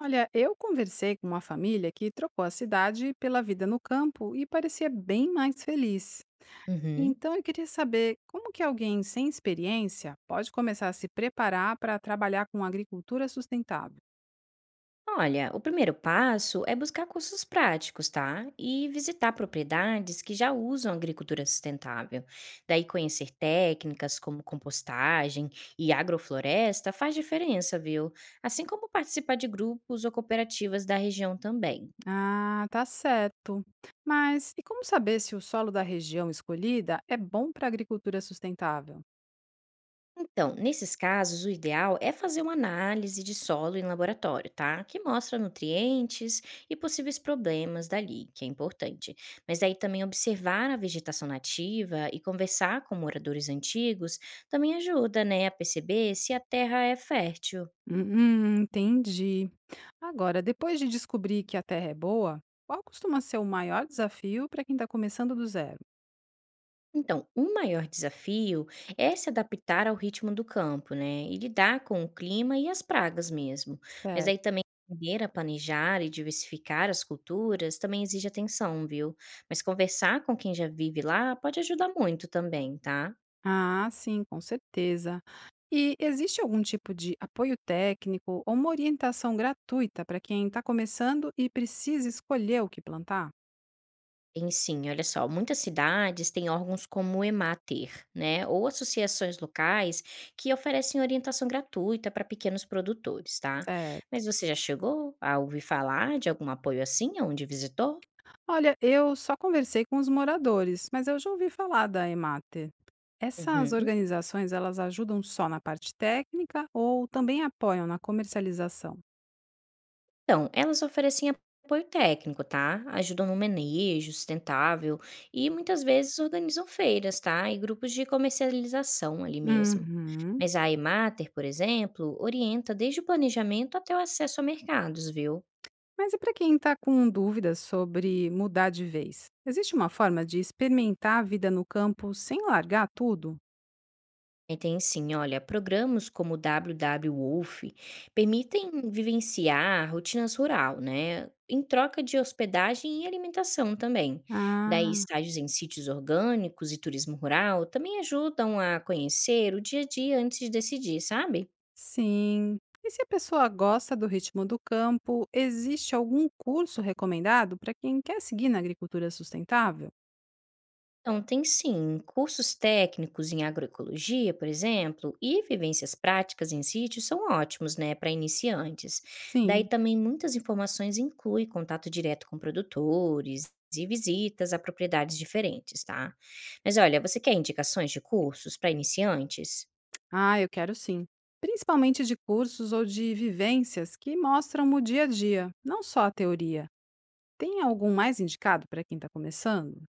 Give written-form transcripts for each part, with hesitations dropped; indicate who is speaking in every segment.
Speaker 1: Olha, eu conversei com uma família que trocou a cidade pela vida no campo e parecia bem mais feliz.
Speaker 2: Uhum.
Speaker 1: Então eu queria saber como que alguém sem experiência pode começar a se preparar para trabalhar com agricultura sustentável.
Speaker 2: Olha, o primeiro passo é buscar cursos práticos, tá? E visitar propriedades que já usam agricultura sustentável. Daí conhecer técnicas como compostagem e agrofloresta faz diferença, viu? Assim como participar de grupos ou cooperativas da região também.
Speaker 1: Ah, tá certo. Mas e como saber se o solo da região escolhida é bom para agricultura sustentável?
Speaker 2: Então, nesses casos, o ideal é fazer uma análise de solo em laboratório, tá? Que mostra nutrientes e possíveis problemas dali, que é importante. Mas aí também observar a vegetação nativa e conversar com moradores antigos também ajuda, né, a perceber se a terra é fértil.
Speaker 1: Entendi. Agora, depois de descobrir que a terra é boa, qual costuma ser o maior desafio para quem está começando do zero?
Speaker 2: Então, o maior desafio é se adaptar ao ritmo do campo, né? E lidar com o clima e as pragas mesmo. Mas aí
Speaker 1: Certo.
Speaker 2: também aprender a planejar e diversificar as culturas também exige atenção, viu? Mas conversar com quem já vive lá pode ajudar muito também, tá?
Speaker 1: Ah, sim, com certeza. E existe algum tipo de apoio técnico ou uma orientação gratuita para quem está começando e precisa escolher o que plantar?
Speaker 2: Tem sim, olha só, muitas cidades têm órgãos como o EMATER, né, ou associações locais que oferecem orientação gratuita para pequenos produtores, tá?
Speaker 1: Certo.
Speaker 2: Mas você já chegou a ouvir falar de algum apoio assim onde visitou?
Speaker 1: Olha, eu só conversei com os moradores, mas eu já ouvi falar da Emater. Essas
Speaker 2: Uhum.
Speaker 1: organizações, elas ajudam só na parte técnica ou também apoiam na comercialização?
Speaker 2: Então, elas oferecem apoio técnico, tá? Ajudam no manejo sustentável e muitas vezes organizam feiras, tá? E grupos de comercialização ali mesmo.
Speaker 1: Uhum.
Speaker 2: Mas a Emater, por exemplo, orienta desde o planejamento até o acesso a mercados, viu?
Speaker 1: Mas e para quem está com dúvidas sobre mudar de vez? Existe uma forma de experimentar a vida no campo sem largar tudo?
Speaker 2: E tem sim, olha, programas como o WW Wolf permitem vivenciar rotinas rural, né? Em troca de hospedagem e alimentação também.
Speaker 1: Ah,
Speaker 2: Daí, estágios em sítios orgânicos e turismo rural também ajudam a conhecer o dia a dia antes de decidir, sabe?
Speaker 1: sim. E se a pessoa gosta do ritmo do campo, existe algum curso recomendado para quem quer seguir na agricultura sustentável?
Speaker 2: Então, tem sim. Cursos técnicos em agroecologia, por exemplo, e vivências práticas em sítios são ótimos, né, para iniciantes. Daí
Speaker 1: Sim.
Speaker 2: também muitas informações incluem contato direto com produtores e visitas a propriedades diferentes, tá? Mas olha, você quer indicações de cursos para iniciantes?
Speaker 1: Ah, eu quero sim. Principalmente de cursos ou de vivências que mostram o dia a dia, não só a teoria. Tem algum mais indicado para quem está começando?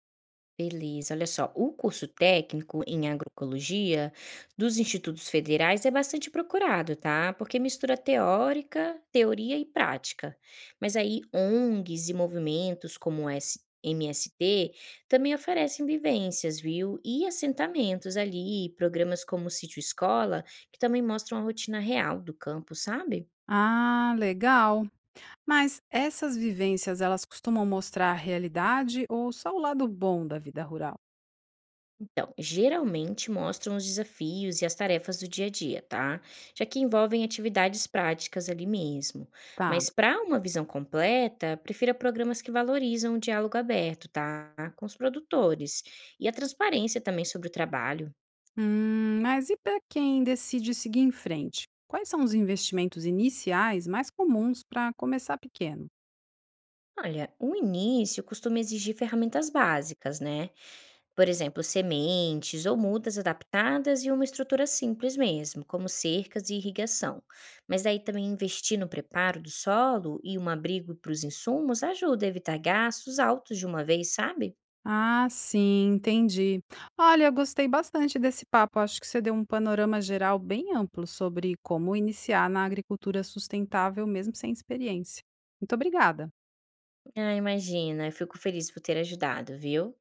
Speaker 2: Beleza, olha só, o curso técnico em agroecologia dos institutos federais é bastante procurado, tá? Porque mistura teórica, teoria e prática. Mas aí ONGs e movimentos como o S MST também oferecem vivências, viu? E assentamentos ali, programas como Sítio Escola, que também mostram a rotina real do campo, sabe?
Speaker 1: Ah, legal. Mas essas vivências, elas costumam mostrar a realidade ou só o lado bom da vida rural?
Speaker 2: Então, geralmente mostram os desafios e as tarefas do dia a dia, tá? Já que envolvem atividades práticas ali mesmo.
Speaker 1: Tá.
Speaker 2: Mas para uma visão completa, prefira programas que valorizam o diálogo aberto, tá? Com os produtores e a transparência também sobre o trabalho.
Speaker 1: Mas e para quem decide seguir em frente? Quais são os investimentos iniciais mais comuns para começar pequeno?
Speaker 2: Olha, o início costuma exigir ferramentas básicas, né? Por exemplo, sementes ou mudas adaptadas e uma estrutura simples mesmo, como cercas e irrigação. Mas daí também investir no preparo do solo e um abrigo para os insumos ajuda a evitar gastos altos de uma vez, sabe?
Speaker 1: Ah, sim, entendi. Olha, eu gostei bastante desse papo. Acho que você deu um panorama geral bem amplo sobre como iniciar na agricultura sustentável mesmo sem experiência. Muito obrigada.
Speaker 2: Ah, imagina, eu fico feliz por ter ajudado, viu?